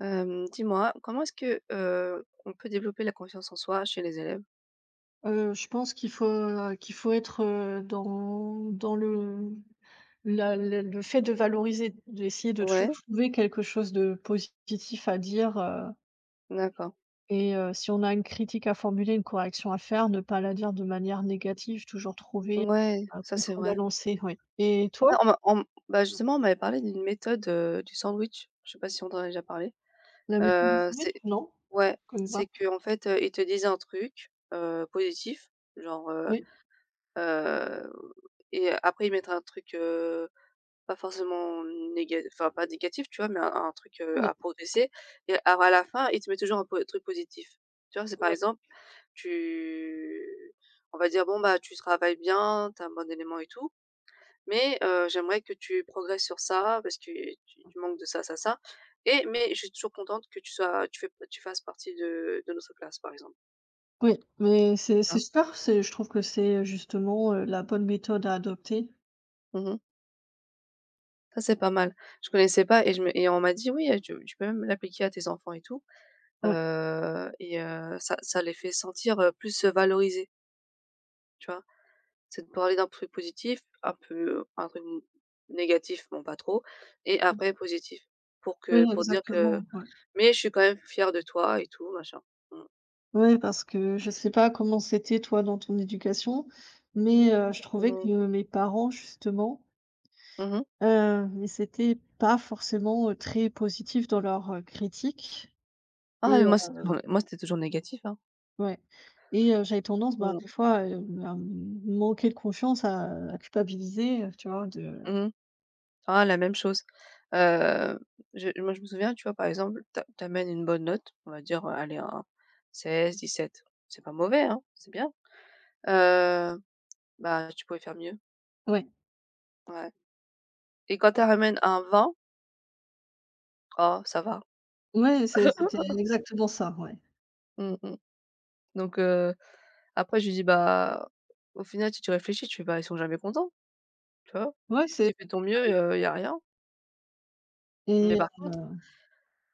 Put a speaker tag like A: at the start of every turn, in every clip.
A: Dis-moi, comment est-ce que, on peut développer la confiance en soi chez les élèves?
B: Je pense qu'il faut être, dans le la le fait de valoriser, d'essayer de
A: Ouais,
B: toujours trouver quelque chose de positif à dire,
A: d'accord.
B: et si on a une critique à formuler, une correction à faire, ne pas la dire de manière négative, toujours trouver
A: Ouais,
B: à
A: ça c'est vrai.
B: contrebalancer. Oui, et toi,
A: Ah on m'a on Bah, justement, on m'avait parlé d'une méthode, du sandwich. Je sais pas si on en a déjà parlé.
B: la méthode du sourire?
A: C'est
B: Non?
A: Ouais,
B: Tu connais pas?
A: c'est qu'en fait, ils te disent un truc, positif, genre,
B: Oui,
A: heu, et après ils mettent un truc, pas forcément, néga enfin pas négatif, tu vois? Mais un truc,
B: oui,
A: à progresser. Et alors à la fin, il te met toujours un po truc positif. Tu vois? C'est par
B: ouais,
A: exemple, tu on va dire: «Bon, bah, tu travailles bien, tu as un bon élément et tout, mais j'aimerais que tu progresses sur ça parce que tu manques de ça, ça, ça et mais je suis toujours contente que tu sois tu fais tu fasses partie de notre classe», par exemple,
B: oui, mais c'est
A: tu
B: c'est
A: vois?
B: super, c'est je trouve que c'est justement, la bonne méthode à adopter.
A: Mmh mh. Ça, c'est pas mal. Je connaissais pas et je me et on m'a dit: «Oui, tu peux même l'appliquer à tes enfants et tout».
B: Oui.
A: Ça les fait sentir, plus valorisés, tu vois? C'est de parler d'un truc positif, un peu un truc n négatif, bon pas trop, et après positif
B: Oui,
A: pour dire
B: exactement,
A: que:
B: ouais.
A: «Mais je suis quand même fière de toi et tout machin». Mmh.
B: Ouais, parce que je sais pas comment c'était toi dans ton éducation, mais je trouvais
A: Mmh mh.
B: que mes parents, justement,
A: Mmh.
B: ils étaient pas forcément, très positifs dans leurs, critiques,
A: Ah
B: et
A: mais moi c'était toujours négatif, hein.
B: ouais, et j'avais tendance, bah,
A: Mmh mh.
B: des fois, à manquer de confiance, à culpabiliser, tu vois? De
A: Mmh. Ah, la même chose. Heu, je moi je me souviens, tu vois, par exemple, tu a une bonne note, on va dire, allez un 16-17, c'est pas mauvais, hein, c'est bien. Heu Bah, tu pouvais faire mieux,
B: Ouais.
A: ouais. Et quand elle ramène un vin, oh ça va.
B: Ouais, c'était exactement ça, ouais.
A: Mmh mh. Donc, après je lui dis: «Bah, au final, si tu réfléchis, tu fais, bah, ils sont jamais contents», tu vois?
B: Ouais, c'est
A: Tu fais ton mieux, il y a rien. Mais
B: et
A: par contre,
B: heu,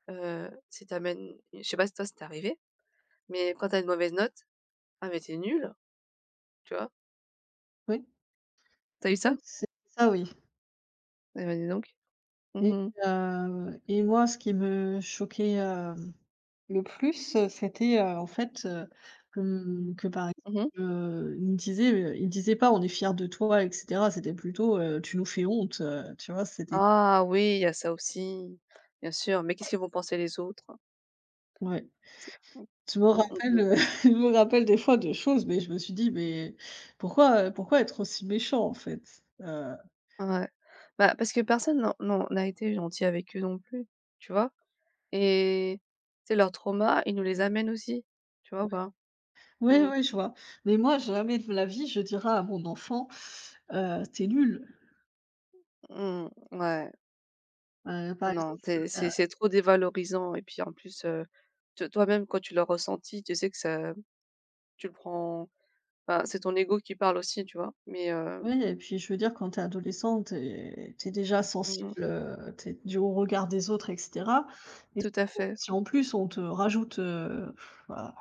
A: si t'amènes je sais pas si toi, c'est arrivé, mais quand t'as une mauvaise note: «Ah mais t'es nul, tu vois?
B: oui,
A: T'as eu ça?
B: c'est ça. Oui,
A: Eh bah, dis donc. Mmh
B: et
A: mh.
B: et moi, ce qui me choquait, hem le plus, c'était, en fait, que, par
A: Mmh.
B: exemple, il disait pas: «On est fier de toi» et cetera. C'était plutôt: «Tu nous fais honte», tu vois? C'était
A: Ah oui, il y a ça aussi, bien sûr, mais qu'est-ce qu'ils vont penser les autres?
B: Ouais.
A: C'est mmh.
B: Je me
A: Mmh mh,
B: rappelle,
A: mmh.
B: je me rappelle des fois de choses, mais je me suis dit: «Mais pourquoi être aussi méchant, en fait?»
A: Ouais. Bah, parce que personne n'a été gentil avec eux non plus, tu vois? Et c'est leur trauma, ils nous les amènent aussi, tu vois ou pas?
B: Ouais,
A: Mmh,
B: ouais, je vois. Mais moi, jamais de la vie, je dirais à mon enfant: «Tu nul».
A: mmh, ouais.
B: Par
A: Oh non,
B: exemple,
A: c'est trop dévalorisant et puis en plus, te toi-même quand tu l'as ressenti, tu sais que ça tu le prends, enfin, c'est ton ego qui parle aussi, tu vois?
B: oui, et puis je veux dire quand t'es adolescente, t'es es déjà
A: Mmh,
B: sensible, tu du au regard des autres, et cetera, et
A: tout à fait.
B: si en plus on te rajoute, bah,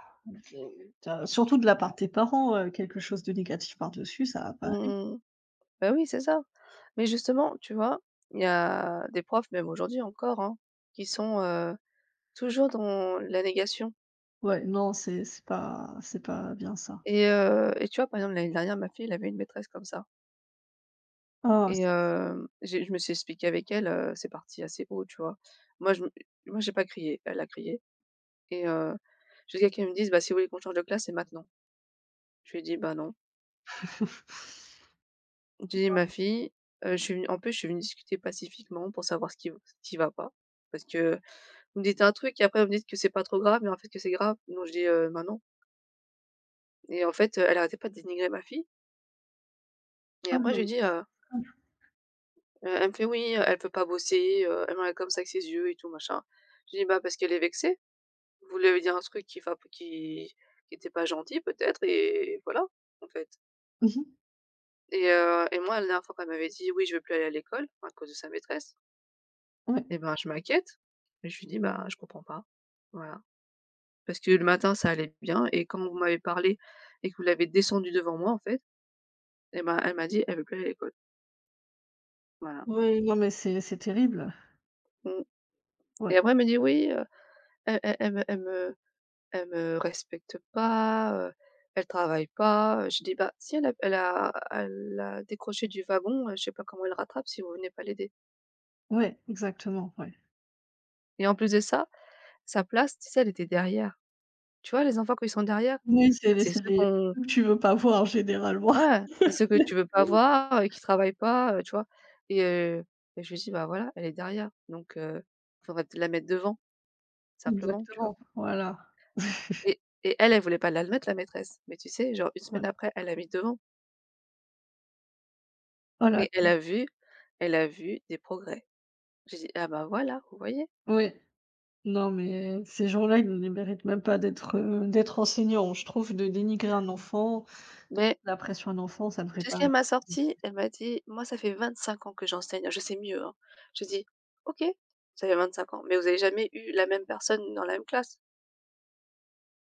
B: tu as surtout de la part de tes parents, quelque chose de négatif par-dessus, ça va pas aller.
A: Mmh. Bah, oui, c'est ça. Mais justement, tu vois, il y a des profs, même aujourd'hui encore, hein, qui sont, toujours dans la négation.
B: Ouais, non, c'est pas bien, ça.
A: Et tu vois, par exemple, l'année dernière, ma fille, elle avait une maîtresse comme ça,
B: Ah, c
A: et j'ai je me suis expliquée avec elle, c'est parti assez haut, tu vois? Moi, je me Moi, j'ai pas crié, elle a crié, et heu, jusqu'à qu'elle me dise: «Bah, si vous voulez qu'on change de classe, c'est maintenant». Je lui ai dit: «Bah, non». J'ai dit: «Ma fille, je suis venue», en plus, je suis venue discuter pacifiquement pour savoir ce qui va pas parce que vous me dites un truc et après vous me dites que c'est pas trop grave, mais en fait que c'est grave. Non, je dis: Bah, non». Et en fait, elle arrêtait pas de dénigrer ma fille. Et après je
B: Mmh.
A: lui ai dit,
B: Mmh
A: Elle me fait: «Oui, elle peut pas bosser, elle me regarde comme ça avec ses yeux et tout machin». Je dis: «Bah, parce qu'elle est vexée. Vous lui avez dit un truc qui va qui était pas gentil peut-être et voilà, en fait».
B: mh.
A: Et moi, la dernière fois qu'elle m'avait dit: «Oui, je veux plus aller à l'école» à cause de sa maîtresse,
B: Ouais.
A: et ben, je m'inquiète. Et je lui dis: «Bah, je comprends pas». Voilà, parce que le matin ça allait bien, et quand vous m'avez parlé et que vous l'avez descendue devant moi, en fait, et ben, elle m'a dit: «Elle veut plus aller à l'école». Voilà,
B: Ouais, non, mais c'est terrible.
A: mmh. Et
B: Ouais,
A: après elle me dit: «Oui, elle elle elle me elle me Elle me respecte pas, elle travaille pas, Je dis: «Bah, si elle a décroché du wagon, je sais pas comment elle rattrape si vous venez pas l'aider».
B: ouais, exactement, ouais.
A: Et en plus de ça, sa place, tu sais, elle était derrière. Tu vois les enfants quand ils sont derrière?
B: Oui, c'est
A: Bah,
B: les
A: c'est
B: c'est
A: ceux
B: les
A: qu'on
B: trucs que tu veux pas voir généralement.
A: Ouais, c'est ceux que tu veux pas voir, qui travaillent pas, tu vois? Et heu et je lui dis: «Bah, voilà, elle est derrière donc faudrait peut-être la mettre devant, simplement», tu vois?
B: Exactement, voilà.
A: Et elle, elle voulait pas la mettre, la maîtresse, mais tu sais, genre une
B: Ouais,
A: semaine après, elle l'a mise devant.
B: voilà,
A: Et elle a vu des progrès. J'ai dit: «Ah bah voilà, vous voyez?»
B: oui. Non, mais ces gens-là, ils ne méritent même pas d'être enseignants. Je trouve de dénigrer un enfant, de mettre
A: Mais
B: la pression à un enfant, ça ne devrait
A: tu ce
B: pas
A: qu'elle m'a
B: exis
A: sorti? Elle m'a dit: «Moi ça fait 25 ans que j'enseigne, je sais mieux, hein». Je dis: «OK, ça fait 25 ans, mais vous avez jamais eu la même personne dans la même classe,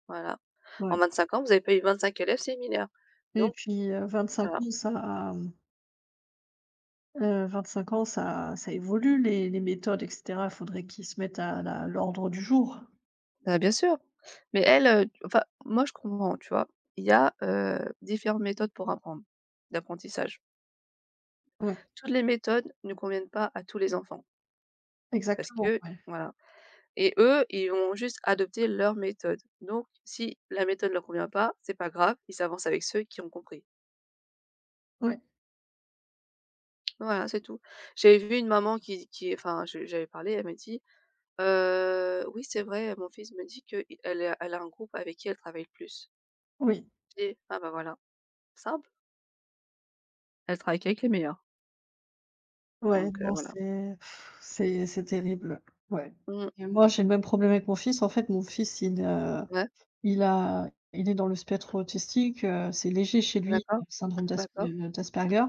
A: voilà.
B: Ouais.
A: En 25 ans, vous n'avez pas eu 25 élèves similaires,
B: Et
A: donc
B: puis, 25
A: voilà».
B: ans, ça, mmh, 25 ans, ça évolue les méthodes, et cetera. Il faudrait qu'ils se mettent à la l'ordre du jour.
A: Bah bien sûr, mais elle, enfin moi je comprends, tu vois? Il y a, différentes méthodes pour apprendre, d'apprentissage.
B: Oui,
A: Toutes les méthodes ne conviennent pas à tous les enfants parce
B: exactement,
A: que
B: ouais,
A: voilà. Et eux, ils ont juste adopté leur méthode. Donc si la méthode leur convient pas, c'est pas grave, ils avancent avec ceux qui ont compris.
B: ouais,
A: Voilà, c'est tout. J'avais vu une maman qui enfin je j'avais parlé, elle m'a dit: Oui, c'est vrai, mon fils me dit qu'elle a un groupe avec qui elle travaille le plus».
B: oui.
A: Je: «Ah bah voilà, simple, elle travaille qu'avec les meilleurs».
B: Ouais,
A: Donc,
B: non,
A: voilà.
B: c'est terrible, ouais.
A: Mmh.
B: Et moi, j'ai le même problème avec mon fils. En fait, mon fils,
A: Ouais,
B: il a il est dans le spectre autistique, c'est léger chez lui,
A: d'accord,
B: le syndrome
A: d'accord.
B: d'Asperger.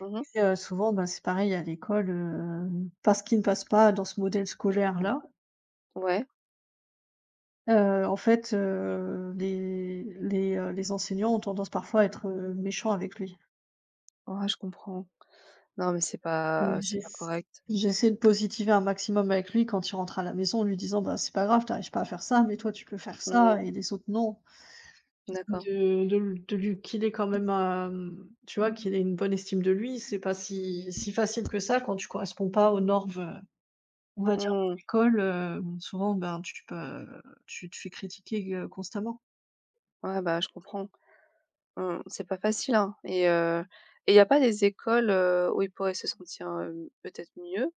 A: Mmh.
B: Et souvent, ben, c'est pareil à l'école, parce qu'il ne passe pas dans ce modèle scolaire-là.
A: Ouais.
B: En fait, les enseignants ont tendance parfois à être, méchants avec lui.
A: Ouais, je comprends. Non, mais
B: Et
A: c'est pas correct.
B: j'essaie de positiver un maximum avec lui quand il rentre à la maison en lui disant: «Bah, c'est pas grave, tu arrives pas à faire ça, mais toi tu peux faire
A: Mmh.
B: ça et les autres non».
A: D'accord.
B: de de de lui qu'il ait quand même, tu vois, qu'il ait une bonne estime de lui. C'est pas si facile que ça quand tu corresponds pas aux normes, on va dire, de
A: Mmh.
B: l'école. Souvent, ben, tu te fais critiquer, constamment.
A: Ouais, bah, je comprends. Mmh, c'est pas facile, hein. Et il y a pas des écoles, où ils pourraient se sentir, peut-être mieux?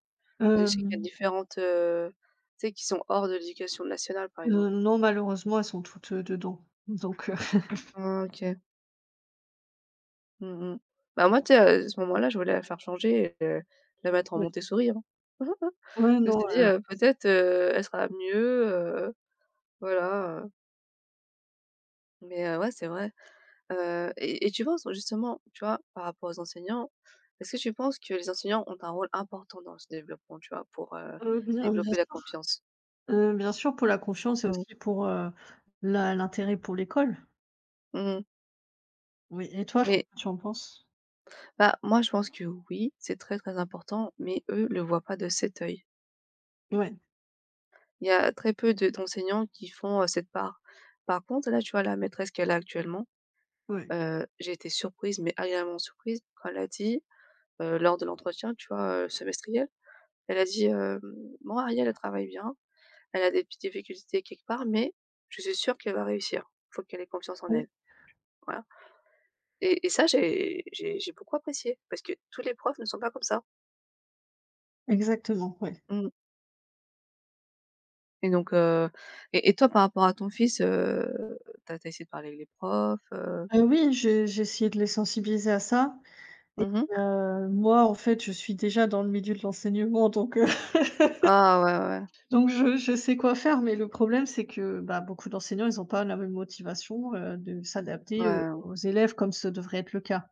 A: Parce que je sais qu'il y a
B: Hem,
A: différentes, tu sais, qui sont hors de l'éducation nationale, par exemple.
B: non, malheureusement, elles sont toutes, dedans. Donc
A: Ah, OK. Mmh mh. Bah, moi, tu sais, à ce moment-là, je voulais la faire changer et la mettre en
B: ouais.
A: Montessori, hein.
B: Ouais,
A: Je me
B: non,
A: suis dit, «Peut-être, elle sera mieux», voilà, mais ouais, c'est vrai. Tu penses justement, tu vois, par rapport aux enseignants, est-ce que tu penses que les enseignants ont un rôle important dans ce développement, tu vois, pour,
B: heu, bien bien
A: développer la confiance?
B: Bien sûr, pour la confiance, et
A: Mmh.
B: aussi pour, la l'intérêt pour l'école.
A: Mmh,
B: Oui, et toi,
A: mais
B: qu'est-ce que tu en penses?
A: bah, moi, je pense que oui, c'est très, très important, mais eux le voient pas de cet œil.
B: Ouais,
A: Il y a très peu de d'enseignants qui font, cette part. Par contre, là, tu vois, la maîtresse qu'elle a actuellement,
B: ouais.
A: j'ai été surprise, mais agréablement surprise quand elle a dit, lors de l'entretien, tu vois, semestriel, elle a dit, hem: «Moi, Ariel, elle travaille bien. Elle a des petites difficultés quelque part, mais je suis sûre qu'elle va réussir. Faut qu'elle ait confiance en
B: Oui,
A: elle. Voilà. Et ça, j'ai beaucoup apprécié parce que tous les profs ne sont pas comme ça.
B: exactement, ouais.
A: Mmh. Et donc heu et et toi, par rapport à ton fils, tu as essayé de parler avec les profs?
B: Oui, j'ai essayé de les sensibiliser à ça. Et
A: Mmh.
B: moi, en fait, je suis déjà dans le milieu de l'enseignement, donc
A: Ah ouais, ouais, ouais.
B: donc je sais quoi faire. Mais le problème, c'est que, bah, beaucoup d'enseignants, ils ont pas la même motivation, de
A: Ouais,
B: s'adapter,
A: ouais, ouais.
B: aux élèves, comme ce devrait être le cas.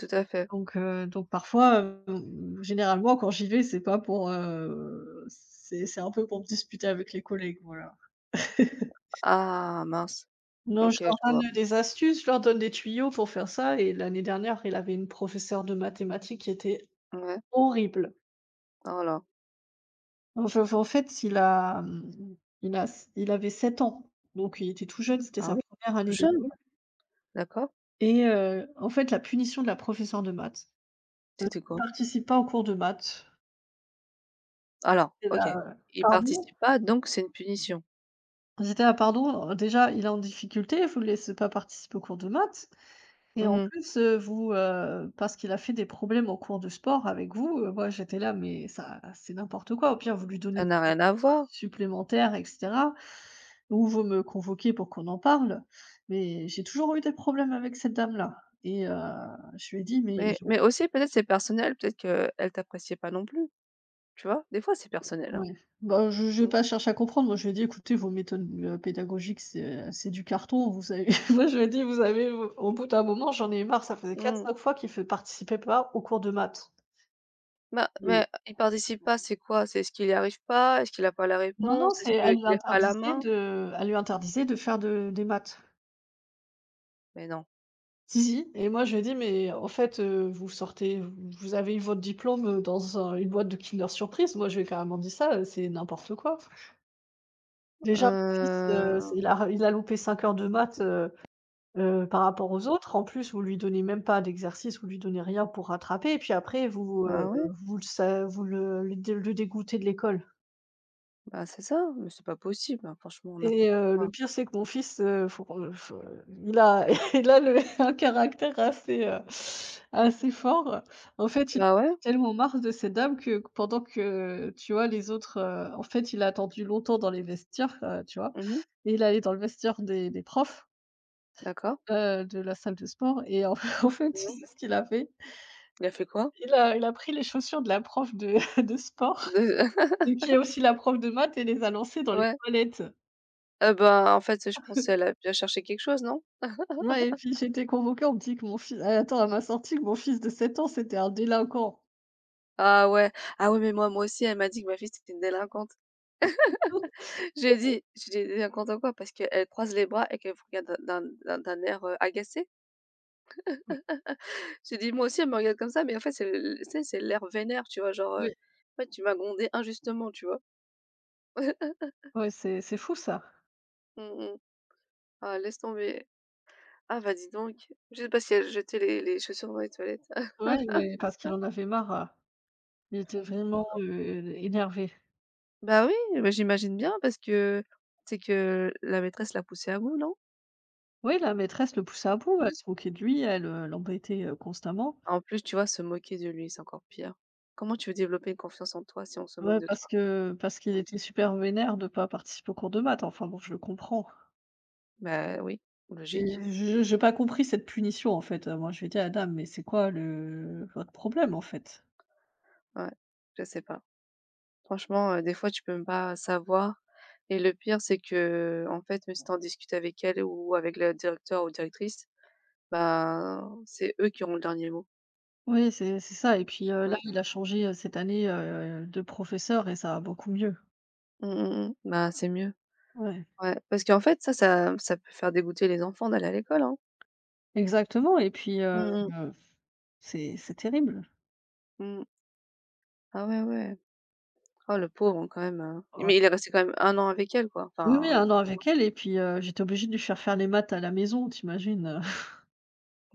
A: Tout à fait.
B: Donc parfois, généralement quand j'y vais, c'est pas pour, c'est un peu pour me disputer avec les collègues, voilà.
A: Ah mince.
B: Non,
A: OK,
B: je leur
A: je vois.
B: donne des astuces, je leur donne des tuyaux pour faire ça. Et l'année dernière, il avait une professeure de mathématiques qui était
A: Ouais.
B: horrible.
A: Oh là.
B: Enfin, en fait, il a, mmh, il a il avait 7 ans, donc il était tout jeune, c'était
A: Ah
B: sa
A: oui,
B: première
A: tout
B: année
A: jeune?
B: d'école.
A: D'accord.
B: Et en fait, la punition de la professeure de maths:
A: C'était
B: «Tu ne
A: quoi?
B: participes pas au cours de maths».
A: Alors,
B: J'étais
A: OK.
B: là:
A: Il
B: «Pardon?»
A: participe pas, donc c'est une punition.
B: Ils étaient là: «Pardon, déjà il est en difficulté, vous le laissez pas participer aux cours de maths, et en
A: Mmh.
B: plus, vous, parce qu'il a fait des problèmes en cours de sport avec vous». Moi, j'étais là: «Mais ça, c'est n'importe quoi, au pire vous lui donnez
A: Ça n'a
B: des
A: rien à voir.
B: exercices supplémentaires, et cetera, ou vous me convoquez pour qu'on en parle». Mais j'ai toujours eu des problèmes avec cette dame-là. Et je lui ai dit: «Mais
A: Mais
B: je».
A: mais aussi peut-être c'est personnel, peut-être qu'elle t'appréciait pas non plus, tu vois? Des fois c'est personnel, hein.
B: Ouais. Bah, je j'ai pas cherché à comprendre. Moi, je lui ai dit: «Écoutez, vos méthodes, pédagogiques, c'est du carton. Vous avez» moi, je lui ai dit: «Vous avez, au bout d'un moment, j'en ai eu marre. Ça faisait quatre
A: Mmh.
B: cinq fois qu'il ne participait pas au cours de maths».
A: Bah,
B: Et
A: mais il participe pas, c'est quoi? C'est ce qu'il n'y arrive pas? Est-ce qu'il a pas la
B: non, non,
A: réponse? Est-ce
B: c'est, elle
A: qu'il
B: lui
A: lève pas la
B: interdisait
A: main?
B: de elle lui interdisait de faire de des maths.
A: Mais non.
B: Si, si. Et moi, je lui ai dit: «Mais en fait, vous avez eu votre diplôme, dans un une boîte de Kinder Surprise». Moi, je lui ai carrément dit ça: «C'est n'importe quoi». Déjà, mon fils,
A: Heu,
B: il a loupé 5 heures de maths. Par rapport aux autres, en plus, vous lui donnez même pas d'exercice, vous lui donnez rien pour rattraper, et puis après vous,
A: Bah, ouais,
B: vous le sa vous le dé le dégoûtez de l'école.
A: bah, c'est ça, mais c'est pas possible, hein, franchement,
B: Et
A: n'importe
B: le
A: quoi.
B: pire, c'est que mon fils, faut qu'on faut il a il a le un caractère assez, assez fort. En fait, il est
A: Bah, ouais.
B: tellement marre de ces dames que pendant que, tu vois, les autres, en fait, il a attendu longtemps dans les vestiaires, tu vois?
A: Mmh.
B: Et il est allé dans le vestiaire des profs,
A: D'accord.
B: de la salle de sport, et en en fait, tu
A: Mmh.
B: sais ce qu'il a fait?
A: Il a fait quoi?
B: Il a pris les chaussures de la prof de de sport,
A: De
B: et qui est aussi la prof de maths, et les a lancées dans les
A: ouais.
B: toilettes.
A: Ah, bah, en fait, je pense elle a bien cherché quelque chose, non?
B: Ouais. Et puis j'ai été convoquée, on me dit que mon fils, ah, attends, elle m'a sorti que mon fils de 7 ans, c'était un délinquant.
A: Ah ouais. Ah ouais, mais moi aussi elle m'a dit que ma fille c'était une délinquante. Je lui ai dit: «Elle est contente, quoi?» parce qu'elle croise les bras et qu'elle me regarde d'un air, agacé.
B: Oui,
A: J'ai dit: «Moi aussi, elle me regarde comme ça», mais en fait, c'est le tu sais, c'est l'air vénère, tu vois? Genre,
B: oui,
A: «Ouais, tu m'as grondée injustement», tu vois?
B: ouais, c'est fou, ça.
A: Mmh mh. Ah, laisse tomber. Ah bah, dis donc, je sais pas si elle jetait les chaussures dans les toilettes.
B: Ouais, mais parce qu'il en avait marre, il était vraiment, énervé.
A: Bah oui, bah, j'imagine bien parce que c'est que la maîtresse l'a poussé à bout, non?
B: Oui, la maîtresse le poussait à bout, elle
A: Mmh.
B: se moquait de lui, elle, l'embêtait, constamment.
A: En plus, tu vois, se moquer de lui, c'est encore pire. Comment tu veux développer une confiance en toi si on se moque
B: Ouais,
A: de
B: parce
A: toi?
B: que parce qu'il
A: Mmh.
B: était super vénère de ne pas participer aux cours de maths, enfin bon, je le comprends.
A: Bah oui, logique.
B: Je j'ai pas compris cette punition, en fait. Moi, je lui ai dit: «Ah dame, mais c'est quoi le votre problème, en fait?»
A: Ouais, je sais pas. Franchement, des fois, tu peux même pas savoir. Et le pire, c'est que en fait, même si t'en discutes avec elle ou avec le directeur ou directrice, bah, c'est eux qui auront le dernier mot.
B: Oui, c'est ça. Et puis, là,
A: Mmh.
B: il a changé, cette année, de professeur, et ça va beaucoup mieux.
A: Mmh mh, mmh. Bah, c'est mieux.
B: Ouais,
A: Ouais, parce qu'en fait, ça peut faire dégoûter les enfants d'aller à l'école, hein.
B: exactement. Et puis,
A: Mmh mh.
B: c'est terrible.
A: Mmh. Ah ouais, ouais. Oh, le pauvre, hein, quand même,
B: Ouais.
A: mais il est resté quand même un an avec elle, quoi,
B: Oui, oui,
A: enfin
B: 1 an
A: 6 mois.
B: avec elle. Et puis, j'étais obligée de lui faire faire les maths à la maison. T'imagines?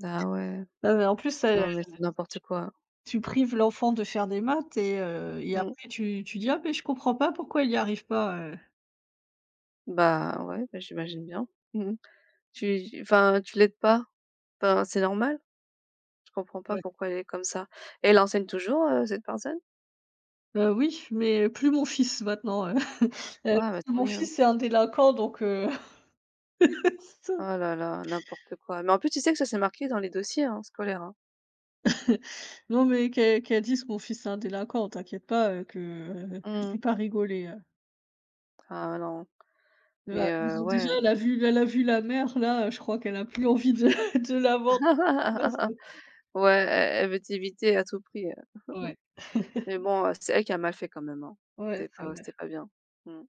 A: Ah ouais,
B: Non, mais en plus,
A: non mais c'est n'importe quoi.
B: tu prives l'enfant de faire des maths. Et
A: Mmh.
B: après tu dis: «Ah, mais je comprends pas pourquoi il n'y arrive pas».
A: Bah, ouais, bah, j'imagine bien. Tu Enfin, tu l'aides pas? Enfin, c'est normal. Je comprends pas
B: Ouais.
A: pourquoi elle est comme ça. Et elle enseigne toujours, cette personne?
B: Oui, mais plus mon fils maintenant. Heu,
A: Ah bah, tant
B: Mon
A: mieux.
B: fils est un délinquant, donc
A: Oh là là, n'importe quoi. Mais en plus, tu sais que ça, c'est marqué dans les dossiers, hein, scolaires, hein.
B: non, mais qu'elle dise que mon fils est un délinquant, t'inquiète pas, que je
A: Mmh.
B: vais pas rigoler.
A: Ah non, mais
B: Voilà, déjà
A: ouais.
B: elle a vu la mère là, je crois qu'elle a plus envie de de la voir dans sa classe.
A: Ouais, elle veut t'éviter à tout prix,
B: Ouais.
A: mais bon, c'est elle qui a mal fait quand même, hein.
B: Ouais, c'est
A: C'était
B: vrai.
A: pas bien. Mmh.